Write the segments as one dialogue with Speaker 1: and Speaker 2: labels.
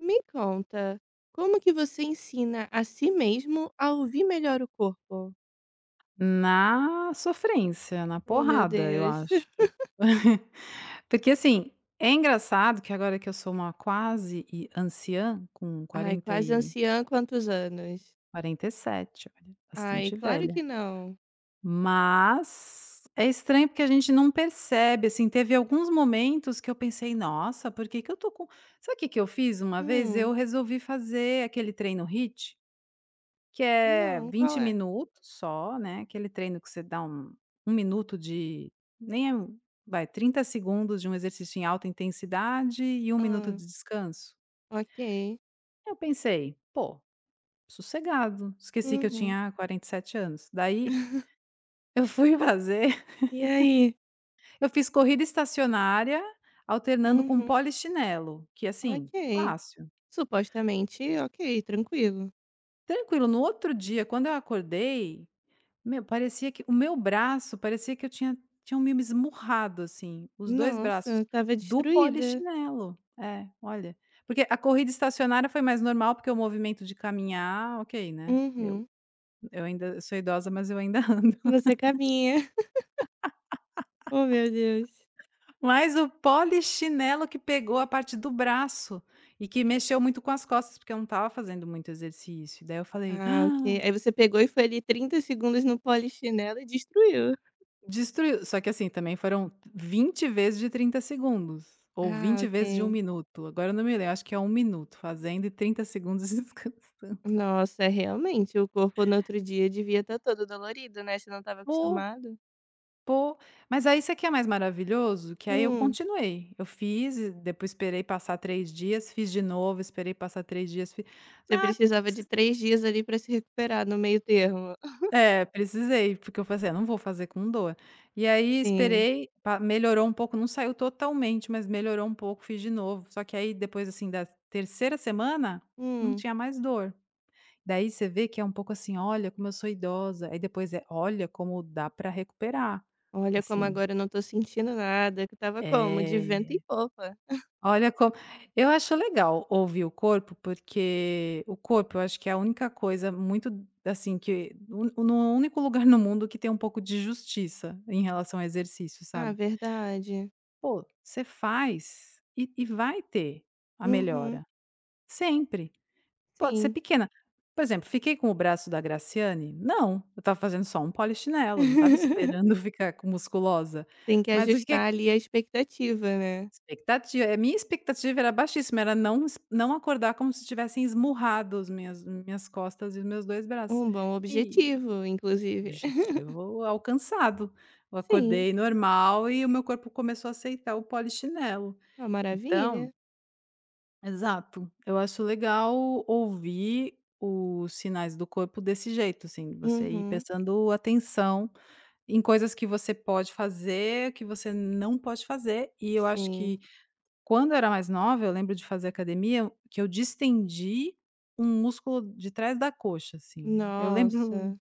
Speaker 1: Me conta, como que você ensina a si mesmo a ouvir melhor o corpo?
Speaker 2: Na sofrência, na
Speaker 1: Oh, meu
Speaker 2: porrada, eu
Speaker 1: Deus.
Speaker 2: acho. Porque, assim, é engraçado que agora que eu sou uma quase anciã, com
Speaker 1: Ai,
Speaker 2: quarenta
Speaker 1: quase
Speaker 2: e
Speaker 1: anciã, quantos anos?
Speaker 2: quarenta e sete, olha,
Speaker 1: Ai,
Speaker 2: bastante
Speaker 1: claro que
Speaker 2: velha,
Speaker 1: não.
Speaker 2: mas é estranho porque a gente não percebe, assim, teve alguns momentos que eu pensei: "Nossa, por que que eu tô com..." Sabe o que que eu fiz uma vez? Eu
Speaker 1: Hum,
Speaker 2: resolvi fazer aquele treino HIIT, que é
Speaker 1: não, qual
Speaker 2: 20
Speaker 1: é?
Speaker 2: minutos só, né, aquele treino que você dá um minuto de nem é um vai, 30 segundos de um exercício em alta intensidade e um minuto
Speaker 1: Ah,
Speaker 2: de descanso.
Speaker 1: ok.
Speaker 2: Eu pensei: "Pô, sossegado." Esqueci que eu
Speaker 1: Uhum.
Speaker 2: tinha 47 anos. Daí eu fui fazer
Speaker 1: E aí?
Speaker 2: eu fiz corrida estacionária alternando com
Speaker 1: Uhum,
Speaker 2: polichinelo, que assim,
Speaker 1: ok.
Speaker 2: fácil.
Speaker 1: Supostamente, ok, tranquilo.
Speaker 2: Tranquilo, no outro dia, quando eu acordei, meu, parecia que o meu braço, parecia que eu tinha tinham me esmurrado, assim, os 2 braços
Speaker 1: Nossa, tava
Speaker 2: do
Speaker 1: destruída.
Speaker 2: polichinelo. É, olha, porque a corrida estacionária foi mais normal, porque o movimento de caminhar, ok, né,
Speaker 1: Uhum.
Speaker 2: eu ainda eu sou idosa, mas eu ainda ando.
Speaker 1: Você caminha. Oh, meu Deus.
Speaker 2: Mas o polichinelo que pegou a parte do braço e que mexeu muito com as costas, porque eu não estava fazendo muito exercício. Daí eu falei:
Speaker 1: Ah,
Speaker 2: "Ah!"
Speaker 1: ok. Aí você pegou e foi ali 30 segundos no polichinelo e destruiu.
Speaker 2: Destruiu. Só que assim, também foram 20 vezes de 30 segundos, ou
Speaker 1: Ah,
Speaker 2: 20 vezes de um
Speaker 1: ok.
Speaker 2: minuto, agora eu não me lembro, acho que é um minuto fazendo e 30 segundos de descanso.
Speaker 1: Nossa, realmente, o corpo no outro dia devia estar todo dolorido, né, você não estava
Speaker 2: Pô,
Speaker 1: acostumado.
Speaker 2: pô. Mas aí isso aqui é mais maravilhoso? Que aí eu
Speaker 1: Hum.
Speaker 2: continuei, eu fiz e depois esperei passar 3 dias, fiz de novo, esperei passar 3 dias, fiz.
Speaker 1: Você precisava de 3 dias ali para se recuperar no meio termo.
Speaker 2: É, precisei, porque eu falei assim: "Ah, não vou fazer com dor." E aí
Speaker 1: Sim.
Speaker 2: esperei, pa, melhorou um pouco, não saiu totalmente, mas melhorou um pouco, fiz de novo. Só que aí depois, assim, da terceira semana, não
Speaker 1: Hum.
Speaker 2: tinha mais dor. Daí você vê que é um pouco assim: "Olha como eu sou idosa." Aí depois é: "Olha como dá para recuperar."
Speaker 1: Olha como
Speaker 2: Assim,
Speaker 1: agora eu não tô sentindo nada, que estava como? De vento
Speaker 2: eh
Speaker 1: em popa.
Speaker 2: olha como eu acho legal ouvir o corpo, porque o corpo eu acho que é a única coisa muito, assim, que o no único lugar no mundo que tem um pouco de justiça em relação ao exercício,
Speaker 1: Ah,
Speaker 2: sabe.
Speaker 1: verdade.
Speaker 2: Pô, você faz e vai ter a
Speaker 1: Uhum,
Speaker 2: melhora, sempre. Pode ser
Speaker 1: sim.
Speaker 2: pequena. Por exemplo, fiquei com o braço da Graciane? Não, eu estava fazendo só um polichinelo, não estava esperando ficar com- musculosa.
Speaker 1: Tem que
Speaker 2: Mas o que
Speaker 1: ajustar ali a expectativa, né.
Speaker 2: Expectativa, minha expectativa era baixíssima, era não acordar como se tivessem esmurrado as minhas costas e os meus 2 braços.
Speaker 1: Um bom
Speaker 2: E
Speaker 1: objetivo, inclusive.
Speaker 2: objetivo alcançado. Eu
Speaker 1: Sim,
Speaker 2: acordei normal e o meu corpo começou a aceitar o polichinelo.
Speaker 1: uma maravilha.
Speaker 2: Então exato. Eu acho legal ouvir os sinais do corpo desse jeito, assim, você ir
Speaker 1: Uhum,
Speaker 2: prestando atenção em coisas que você pode fazer, que você não pode fazer, e eu acho que
Speaker 1: sim.
Speaker 2: quando eu era mais nova, eu lembro de fazer academia, que eu distendi um músculo de trás da coxa, assim. Eu lembro
Speaker 1: Nossa,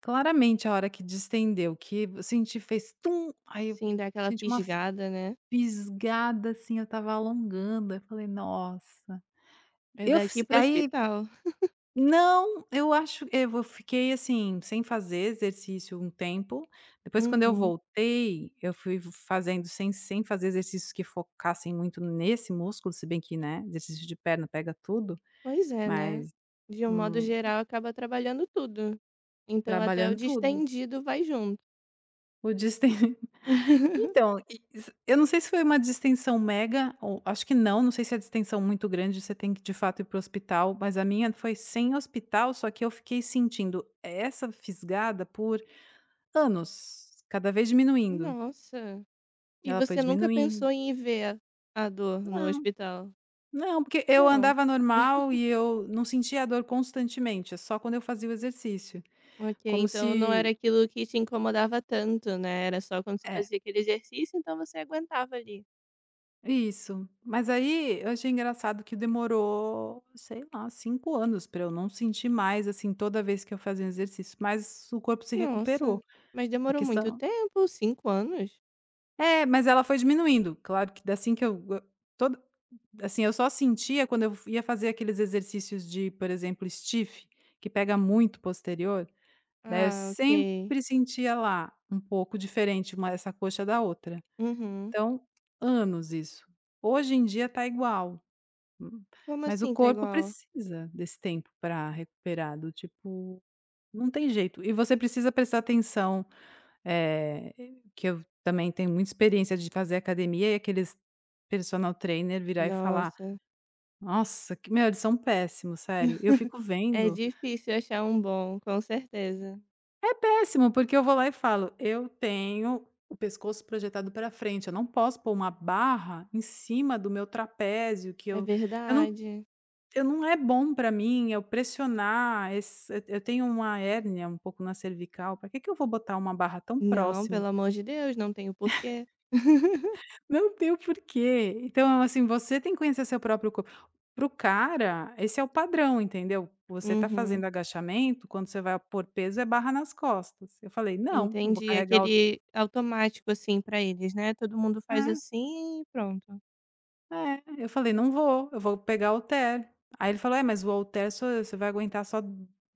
Speaker 2: claramente a hora que distendeu, que eu senti, fez tum, aí eu
Speaker 1: sim, dá aquela
Speaker 2: senti uma
Speaker 1: fisgada, né.
Speaker 2: fisgada, assim, eu estava alongando, aí eu falei: "Nossa."
Speaker 1: É
Speaker 2: Eu
Speaker 1: daqui
Speaker 2: f
Speaker 1: pro o
Speaker 2: aí
Speaker 1: hospital.
Speaker 2: Não, eu acho eu fiquei, assim, sem fazer exercício um tempo, depois quando eu
Speaker 1: Uhum.
Speaker 2: voltei, eu fui fazendo sem fazer exercícios que focassem muito nesse músculo, se bem que, né, exercício de perna pega tudo,
Speaker 1: Pois é, né.
Speaker 2: mas,
Speaker 1: De um modo
Speaker 2: hum,
Speaker 1: geral, acaba trabalhando tudo. Então até o
Speaker 2: trabalhando tudo,
Speaker 1: distendido vai junto.
Speaker 2: o disten então, e s eu não sei se foi uma distensão mega ou acho que não, não sei, se é distensão muito grande você tem que de fato ir para o hospital, mas a minha foi sem hospital, só que eu fiquei sentindo essa fisgada por anos, cada vez diminuindo.
Speaker 1: Nossa. E
Speaker 2: Ela foi
Speaker 1: você nunca
Speaker 2: diminuindo.
Speaker 1: pensou em ir ver a dor no
Speaker 2: Não,
Speaker 1: hospital?
Speaker 2: não, porque eu
Speaker 1: Não?
Speaker 2: andava normal e eu não sentia a dor constantemente, é só quando eu fazia o exercício,
Speaker 1: Ok,
Speaker 2: como
Speaker 1: então não era
Speaker 2: se
Speaker 1: aquilo que te incomodava tanto, né? Era só quando você
Speaker 2: é,
Speaker 1: fazia aquele exercício, então você aguentava ali.
Speaker 2: isso. Mas aí eu achei engraçado que demorou, sei lá, 5 anos para eu não sentir mais, assim, toda vez que eu fazia um exercício, mas o corpo se
Speaker 1: Nossa,
Speaker 2: recuperou.
Speaker 1: mas
Speaker 2: A
Speaker 1: demorou muito
Speaker 2: questão
Speaker 1: tempo? 5 anos?
Speaker 2: É, mas ela foi diminuindo. Claro que assim que eu todo assim, eu só sentia quando eu ia fazer aqueles exercícios de, por exemplo, stiff, que pega muito posterior, daí eu
Speaker 1: Ah, ok.
Speaker 2: sempre sentia lá um pouco diferente uma essa coxa da outra.
Speaker 1: Uhum.
Speaker 2: Então, anos isso. Hoje em dia tá igual, hum,
Speaker 1: Como
Speaker 2: mas o
Speaker 1: assim tá
Speaker 2: corpo
Speaker 1: igual?
Speaker 2: precisa desse tempo para recuperar, do tipo, não tem jeito. E você precisa prestar atenção, eh, que eu também tenho muita experiência de fazer academia, e aqueles personal trainer virar e falar:
Speaker 1: Nossa.
Speaker 2: "Nossa, que meu, eles são péssimos, sério." Eu fico
Speaker 1: É
Speaker 2: vendo
Speaker 1: difícil achar um bom, com certeza.
Speaker 2: é péssimo, porque eu vou lá e falo: "Eu tenho o pescoço projetado para frente, eu não posso pôr uma barra em cima do meu trapézio, que
Speaker 1: É
Speaker 2: eu não
Speaker 1: verdade.
Speaker 2: eu não é bom para mim eu pressionar esse, eu tenho uma hérnia um pouco na cervical, para que que eu vou botar uma barra tão
Speaker 1: Não,
Speaker 2: próxima?"
Speaker 1: pelo amor de Deus, não tenho porquê.
Speaker 2: Não tem o porquê. Então, assim, você tem que conhecer seu próprio corpo. Pro cara, esse é o padrão, entendeu? Você tá
Speaker 1: Uhum.
Speaker 2: fazendo agachamento, quando você vai pôr peso é barra nas costas. Eu falei: "Não, eu vou
Speaker 1: Entendi.
Speaker 2: carregar o..."
Speaker 1: Aquele automático, assim, pra eles, né? Todo mundo faz
Speaker 2: É,
Speaker 1: assim e pronto.
Speaker 2: é. Eu falei: "Não vou, eu vou pegar o halter." Aí ele falou: "É, mas o halter só você vai aguentar só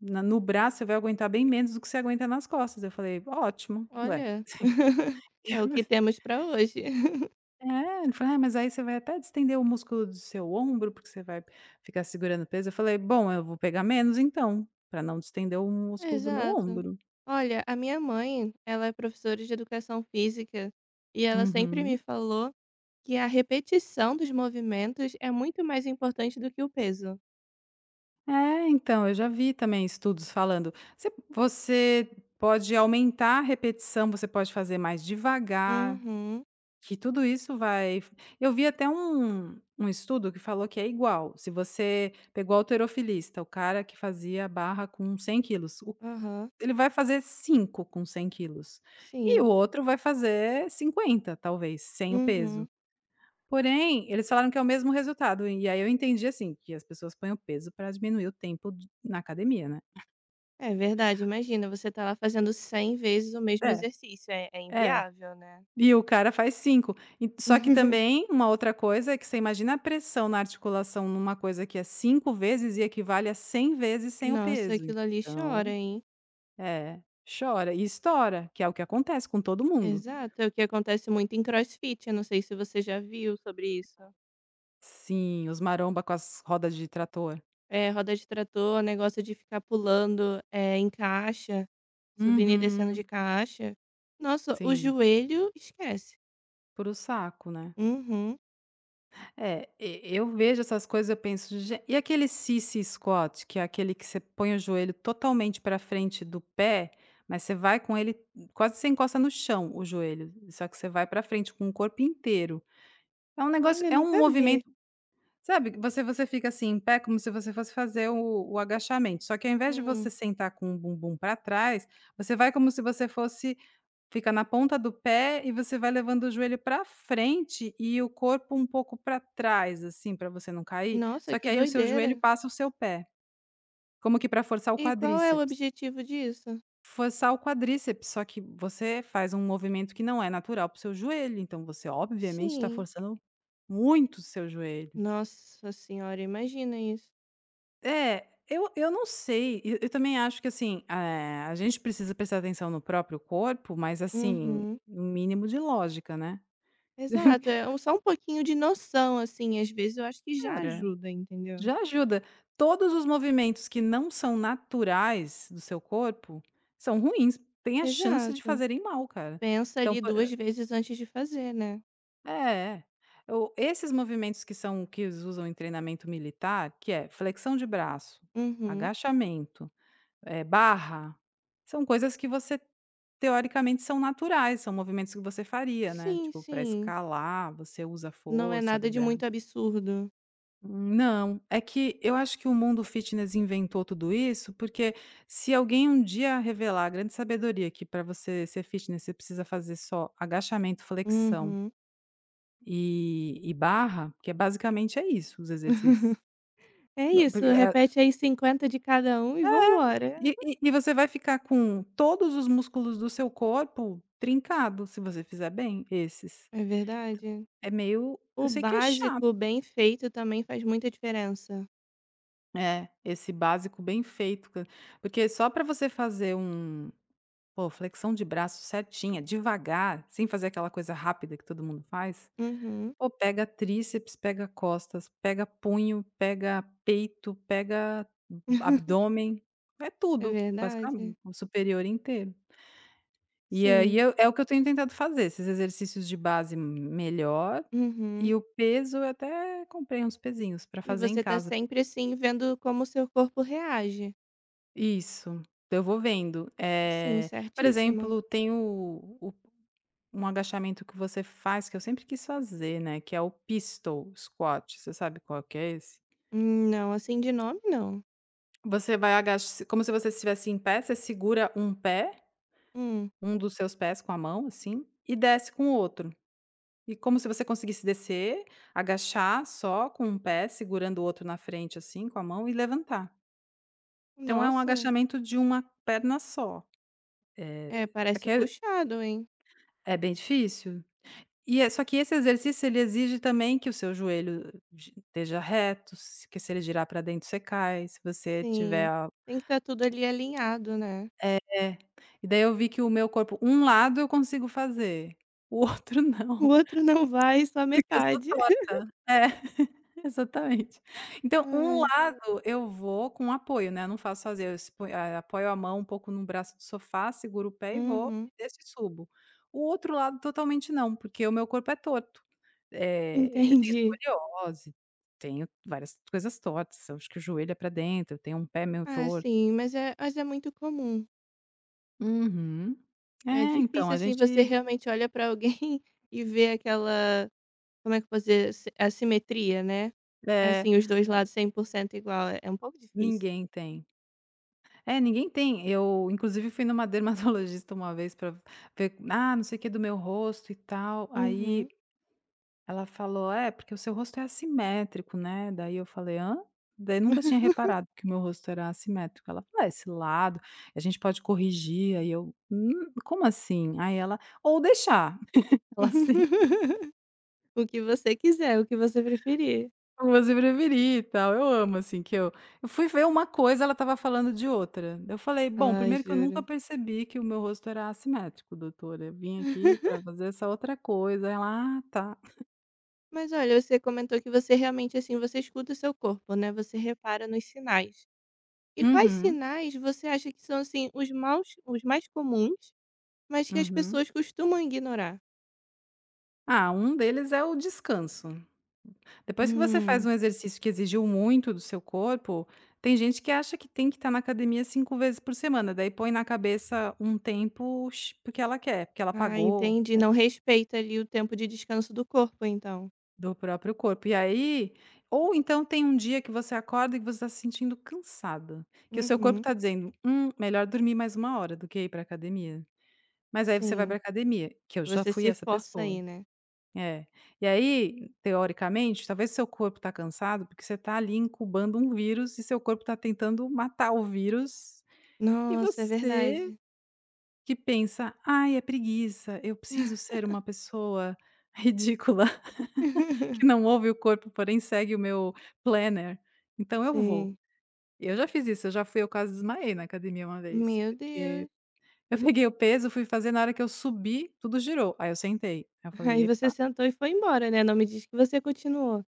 Speaker 2: na no braço, você vai aguentar bem menos do que você aguenta nas costas." Eu falei: "Ótimo, ué."
Speaker 1: Olha, é o que temos para hoje.
Speaker 2: É, ele falou: "Ah, mas aí você vai até distender o músculo do seu ombro, porque você vai ficar segurando o peso." Eu falei: "Bom, eu vou pegar menos então, para não distender o músculo do meu
Speaker 1: Exato.
Speaker 2: ombro."
Speaker 1: Olha, a minha mãe, ela é professora de educação física e ela sempre me
Speaker 2: Uhum.
Speaker 1: falou que a repetição dos movimentos é muito mais importante do que o peso.
Speaker 2: É, então, eu já vi também estudos falando, você pode aumentar a repetição, você pode fazer mais devagar,
Speaker 1: Uhum.
Speaker 2: que tudo isso vai. Eu vi até um estudo que falou que é igual, se você pegou o halterofilista, o cara que fazia barra com 100 quilos,
Speaker 1: Aham.
Speaker 2: ele vai fazer 5 com 100 quilos, e o
Speaker 1: Sim.
Speaker 2: outro vai fazer 50, talvez, sem o peso.
Speaker 1: Uhum.
Speaker 2: Porém, eles falaram que é o mesmo resultado, e aí eu entendi, assim, que as pessoas põem o peso para diminuir o tempo d na academia, né.
Speaker 1: É verdade, imagina, você tá lá fazendo 100 vezes o mesmo
Speaker 2: É,
Speaker 1: exercício, é
Speaker 2: é.
Speaker 1: inviável, né?
Speaker 2: E o cara faz 5. E só que também, uma outra coisa, é que você imagina a pressão na articulação numa coisa que é 5 vezes e equivale a 100 vezes sem o
Speaker 1: Nossa,
Speaker 2: peso,
Speaker 1: aquilo ali chora,
Speaker 2: então
Speaker 1: hein?
Speaker 2: é, chora e estoura, que é o que acontece com todo mundo.
Speaker 1: Exato, é o que acontece muito em CrossFit, eu não sei se você já viu sobre isso.
Speaker 2: Sim, os maromba com as rodas de trator.
Speaker 1: É, roda de trator, negócio de ficar pulando, em caixa, subindo e descendo de
Speaker 2: Uhum,
Speaker 1: caixa. Nossa, o
Speaker 2: sim.
Speaker 1: joelho esquece.
Speaker 2: Puro saco, né.
Speaker 1: Uhum.
Speaker 2: É. E eu vejo essas coisas, eu penso: "Gen..." E aquele sissy squat, que é aquele que você põe o joelho totalmente para frente do pé, mas você vai com ele quase, você encosta no chão o joelho, só que você vai para frente com o corpo inteiro. É um negócio
Speaker 1: Olha,
Speaker 2: é um
Speaker 1: nunca vi.
Speaker 2: movimento, sabe, você fica assim em pé como se você fosse fazer o agachamento, só que ao invés de você
Speaker 1: Hum.
Speaker 2: sentar com o bumbum para trás, você vai como se você fosse. Fica na ponta do pé e você vai levando o joelho para frente e o corpo um pouco para trás, assim, para você não cair,
Speaker 1: Nossa,
Speaker 2: só que
Speaker 1: que
Speaker 2: aí o seu joelho
Speaker 1: doideira.
Speaker 2: passa o seu pé, como que para forçar o
Speaker 1: E qual é o
Speaker 2: quadríceps.
Speaker 1: objetivo disso?
Speaker 2: Forçar o quadríceps, só que você faz um movimento que não é natural para o seu joelho, então você obviamente está
Speaker 1: Sim.
Speaker 2: forçando muito o seu joelho.
Speaker 1: Nossa senhora, imagina isso.
Speaker 2: É, eu não sei, eu também acho que assim, a gente precisa prestar atenção no próprio corpo, mas assim,
Speaker 1: Uhum.
Speaker 2: o mínimo de lógica, né?
Speaker 1: Exato, é um só um pouquinho de noção, assim, às vezes eu acho que já
Speaker 2: Cara,
Speaker 1: ajuda, entendeu.
Speaker 2: já ajuda. Todos os movimentos que não são naturais do seu corpo são ruins, tem a chance de
Speaker 1: Exato.
Speaker 2: fazerem mal, cara.
Speaker 1: Pensa
Speaker 2: Então,
Speaker 1: ali 2 vezes antes de fazer, né.
Speaker 2: é, é. O Esses movimentos que são, que eles usam em treinamento militar, que é flexão de braço,
Speaker 1: Uhum.
Speaker 2: agachamento, barra, são coisas que você, teoricamente, são naturais, são movimentos que você faria, né,
Speaker 1: Sim,
Speaker 2: tipo, para
Speaker 1: sim.
Speaker 2: escalar, você usa a
Speaker 1: Não é
Speaker 2: força
Speaker 1: nada
Speaker 2: do
Speaker 1: de
Speaker 2: braço.
Speaker 1: muito absurdo.
Speaker 2: Não, é que eu acho que o mundo fitness inventou tudo isso, porque se alguém um dia revelar a grande sabedoria, que para você ser fitness você precisa fazer só agachamento, flexão
Speaker 1: Uhum.
Speaker 2: e barra, que é basicamente é isso os exercícios.
Speaker 1: É
Speaker 2: Não, porque,
Speaker 1: isso, repete aí 50 de cada um e vambora.
Speaker 2: e você vai ficar com todos os músculos do seu corpo trincado, se você fizer bem esses.
Speaker 1: É verdade.
Speaker 2: É meio,
Speaker 1: O
Speaker 2: eu sei que é chato,
Speaker 1: básico bem feito também faz muita diferença.
Speaker 2: é, esse básico bem feito, porque só para você fazer um... Pô, flexão de braço certinha, devagar, sem fazer aquela coisa rápida que todo mundo faz.
Speaker 1: Uhum.
Speaker 2: Pô, pega tríceps, pega costas, pega punho, pega peito, pega abdômen, é
Speaker 1: É
Speaker 2: tudo,
Speaker 1: verdade.
Speaker 2: basicamente, o superior inteiro. E aí
Speaker 1: Sim.
Speaker 2: eu é o que eu tenho tentado fazer, esses exercícios de base melhor,
Speaker 1: Uhum.
Speaker 2: e o peso eu até comprei uns pezinhos para
Speaker 1: E
Speaker 2: fazer em
Speaker 1: você tá
Speaker 2: casa.
Speaker 1: sempre, assim, vendo como o seu corpo reage.
Speaker 2: Isso, eu vou vendo.
Speaker 1: Sim,
Speaker 2: Por
Speaker 1: certíssima.
Speaker 2: exemplo, tem o Um agachamento que você faz, que eu sempre quis fazer, né, que é o pistol squat, você sabe qual que é esse?
Speaker 1: Não, assim de nome não.
Speaker 2: Você vai agach como se você estivesse em pé, você segura
Speaker 1: Hum.
Speaker 2: um dos seus pés com a mão, assim, e desce com o outro. E como se você conseguisse agachar só com um pé, segurando o outro na frente, assim, com a mão e levantar. Então é um
Speaker 1: Nossa.
Speaker 2: agachamento de uma perna só.
Speaker 1: É,
Speaker 2: Só
Speaker 1: parece
Speaker 2: que é
Speaker 1: puxado, hein.
Speaker 2: é bem difícil. Só que esse exercício ele exige também que o seu joelho gi esteja reto, se ele girar para dentro você cai. Se você tiver
Speaker 1: Sim,
Speaker 2: a
Speaker 1: tem que estar tudo ali alinhado, né.
Speaker 2: é, e daí eu vi que o meu corpo um lado eu consigo fazer, o outro
Speaker 1: O
Speaker 2: não.
Speaker 1: outro não vai, só
Speaker 2: Porque eu sou
Speaker 1: metade.
Speaker 2: torta. É, exatamente. Então, um
Speaker 1: Ai.
Speaker 2: lado eu vou com apoio, né, eu não faço sozinha, eu se eh, apoio a mão um pouco no braço do sofá, seguro o pé e vou,
Speaker 1: Uhum.
Speaker 2: e desço e subo. O outro lado totalmente não, porque o meu corpo é torto. Eu tenho
Speaker 1: Entendi.
Speaker 2: escoliose, tenho várias coisas tortas, eu acho que o joelho é para dentro, eu tenho um pé meio
Speaker 1: Ah,
Speaker 2: torto.
Speaker 1: sim, mas é muito comum.
Speaker 2: Uhum. É,
Speaker 1: É
Speaker 2: então,
Speaker 1: difícil,
Speaker 2: a
Speaker 1: assim, você
Speaker 2: gente
Speaker 1: realmente olha pra alguém e vê aquela como é que eu posso dizer? Si assimetria, né.
Speaker 2: é,
Speaker 1: Assim, os 2 lados 100% igual, é um pouco difícil.
Speaker 2: ninguém tem. É, ninguém tem. Eu, inclusive, fui numa dermatologista uma vez para ver, ah, não sei o que do meu rosto e tal. Aí
Speaker 1: Uhum.
Speaker 2: ela falou: "É, porque o seu rosto é assimétrico, né?" Daí eu falei: "Hã?" Daí eu nunca tinha reparado que o meu rosto era assimétrico. Ela falou: "É, esse lado, a gente pode corrigir." Aí eu: como assim?" Aí ela: "Ou deixar." Ela assim.
Speaker 1: O que você quiser, o que você preferir.
Speaker 2: Como você preferir e tal. Eu amo, assim, que eu fui ver uma coisa, ela estava falando de outra. Eu falei: "Bom,
Speaker 1: Ai,
Speaker 2: primeiro que eu nunca
Speaker 1: juro.
Speaker 2: percebi que o meu rosto era assimétrico, doutora. Eu vim aqui para fazer essa outra coisa". Ela: "Ah, tá".
Speaker 1: Mas olha, você comentou que você realmente, assim, você escuta o seu corpo, né, você repara nos sinais. E quais
Speaker 2: Uhum,
Speaker 1: sinais você acha que são, assim, os mais comuns, mas que as
Speaker 2: uhum.
Speaker 1: pessoas costumam ignorar?
Speaker 2: Ah, um deles é o descanso. Depois que você faz
Speaker 1: Hum,
Speaker 2: um exercício que exigiu muito do seu corpo, tem gente que acha que tem que estar na academia 5 vezes por semana, daí põe na cabeça um tempo x porque ela quer, porque ela
Speaker 1: ah,
Speaker 2: pagou.
Speaker 1: entendi, não respeita ali o tempo de descanso do corpo então.
Speaker 2: Do próprio corpo. E aí ou então tem um dia que você acorda e que você está se sentindo cansada, que o seu corpo
Speaker 1: Uhum,
Speaker 2: está dizendo: melhor dormir mais uma hora do que ir para academia". Mas aí você vai para
Speaker 1: sim,
Speaker 2: academia, que eu já
Speaker 1: você
Speaker 2: fui
Speaker 1: se
Speaker 2: essa
Speaker 1: força
Speaker 2: pessoa.
Speaker 1: aí, né.
Speaker 2: É. E aí, teoricamente, talvez seu corpo está cansado, porque você está ali incubando um vírus e seu corpo está tentando matar o vírus, e
Speaker 1: Nossa, é
Speaker 2: você
Speaker 1: verdade.
Speaker 2: que pensa: "Ai, é preguiça, eu preciso ser uma pessoa ridícula". Que não ouve o corpo, porém segue o meu planner, então eu vou.
Speaker 1: Sim.
Speaker 2: Eu já fiz isso, eu já fui eu quase desmaiei na academia uma vez,
Speaker 1: Meu
Speaker 2: porque
Speaker 1: Deus.
Speaker 2: eu peguei o peso, fui fazer, na hora que eu subi, tudo girou, aí eu sentei. Aí eu
Speaker 1: Aí
Speaker 2: falei:
Speaker 1: você
Speaker 2: "Epa".
Speaker 1: sentou e foi embora, né, não me diz que você continuou.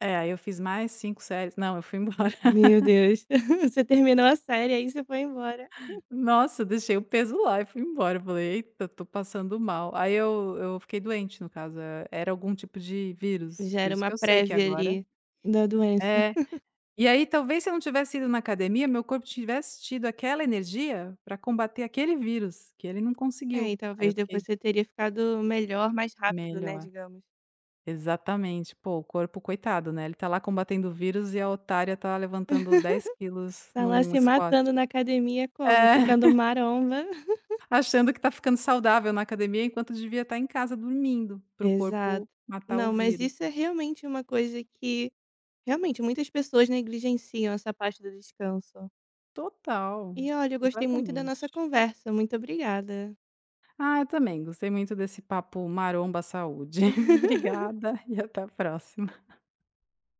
Speaker 2: É, aí eu fiz mais 5 séries não, eu fui embora.
Speaker 1: Meu Deus, você terminou a série, aí você foi embora.
Speaker 2: Nossa, eu deixei o peso lá e fui embora, eu falei: "Eita, tô passando mal". Aí eu fiquei doente, no caso, era algum tipo de vírus,
Speaker 1: Já
Speaker 2: por
Speaker 1: era
Speaker 2: isso
Speaker 1: uma
Speaker 2: que eu sei que
Speaker 1: prévia
Speaker 2: agora
Speaker 1: ali da doença.
Speaker 2: é E aí, talvez se eu não tivesse ido na academia, meu corpo tivesse tido aquela energia para combater aquele vírus, que ele não
Speaker 1: É, e
Speaker 2: conseguiu. Aí
Speaker 1: talvez
Speaker 2: eu fiquei
Speaker 1: depois você teria ficado melhor mais rápido, né,
Speaker 2: melhor.
Speaker 1: digamos.
Speaker 2: Exatamente. Pô, o corpo, coitado, né, ele tá lá combatendo o vírus e a otária tá levantando 10 quilos
Speaker 1: Tá lá
Speaker 2: num
Speaker 1: se
Speaker 2: squat.
Speaker 1: matando na academia como?
Speaker 2: É,
Speaker 1: Ficando maromba.
Speaker 2: achando que tá ficando saudável na academia, enquanto devia estar em casa dormindo, para o
Speaker 1: Exato.
Speaker 2: corpo matar o
Speaker 1: Não, mas
Speaker 2: vírus.
Speaker 1: isso é realmente uma coisa que realmente muitas pessoas negligenciam essa parte do descanso.
Speaker 2: Total,
Speaker 1: E olha, eu gostei muito da nossa
Speaker 2: completamente.
Speaker 1: conversa. Muito obrigada.
Speaker 2: Ah, eu também gostei muito desse papo maromba saúde. Obrigada e até a próxima.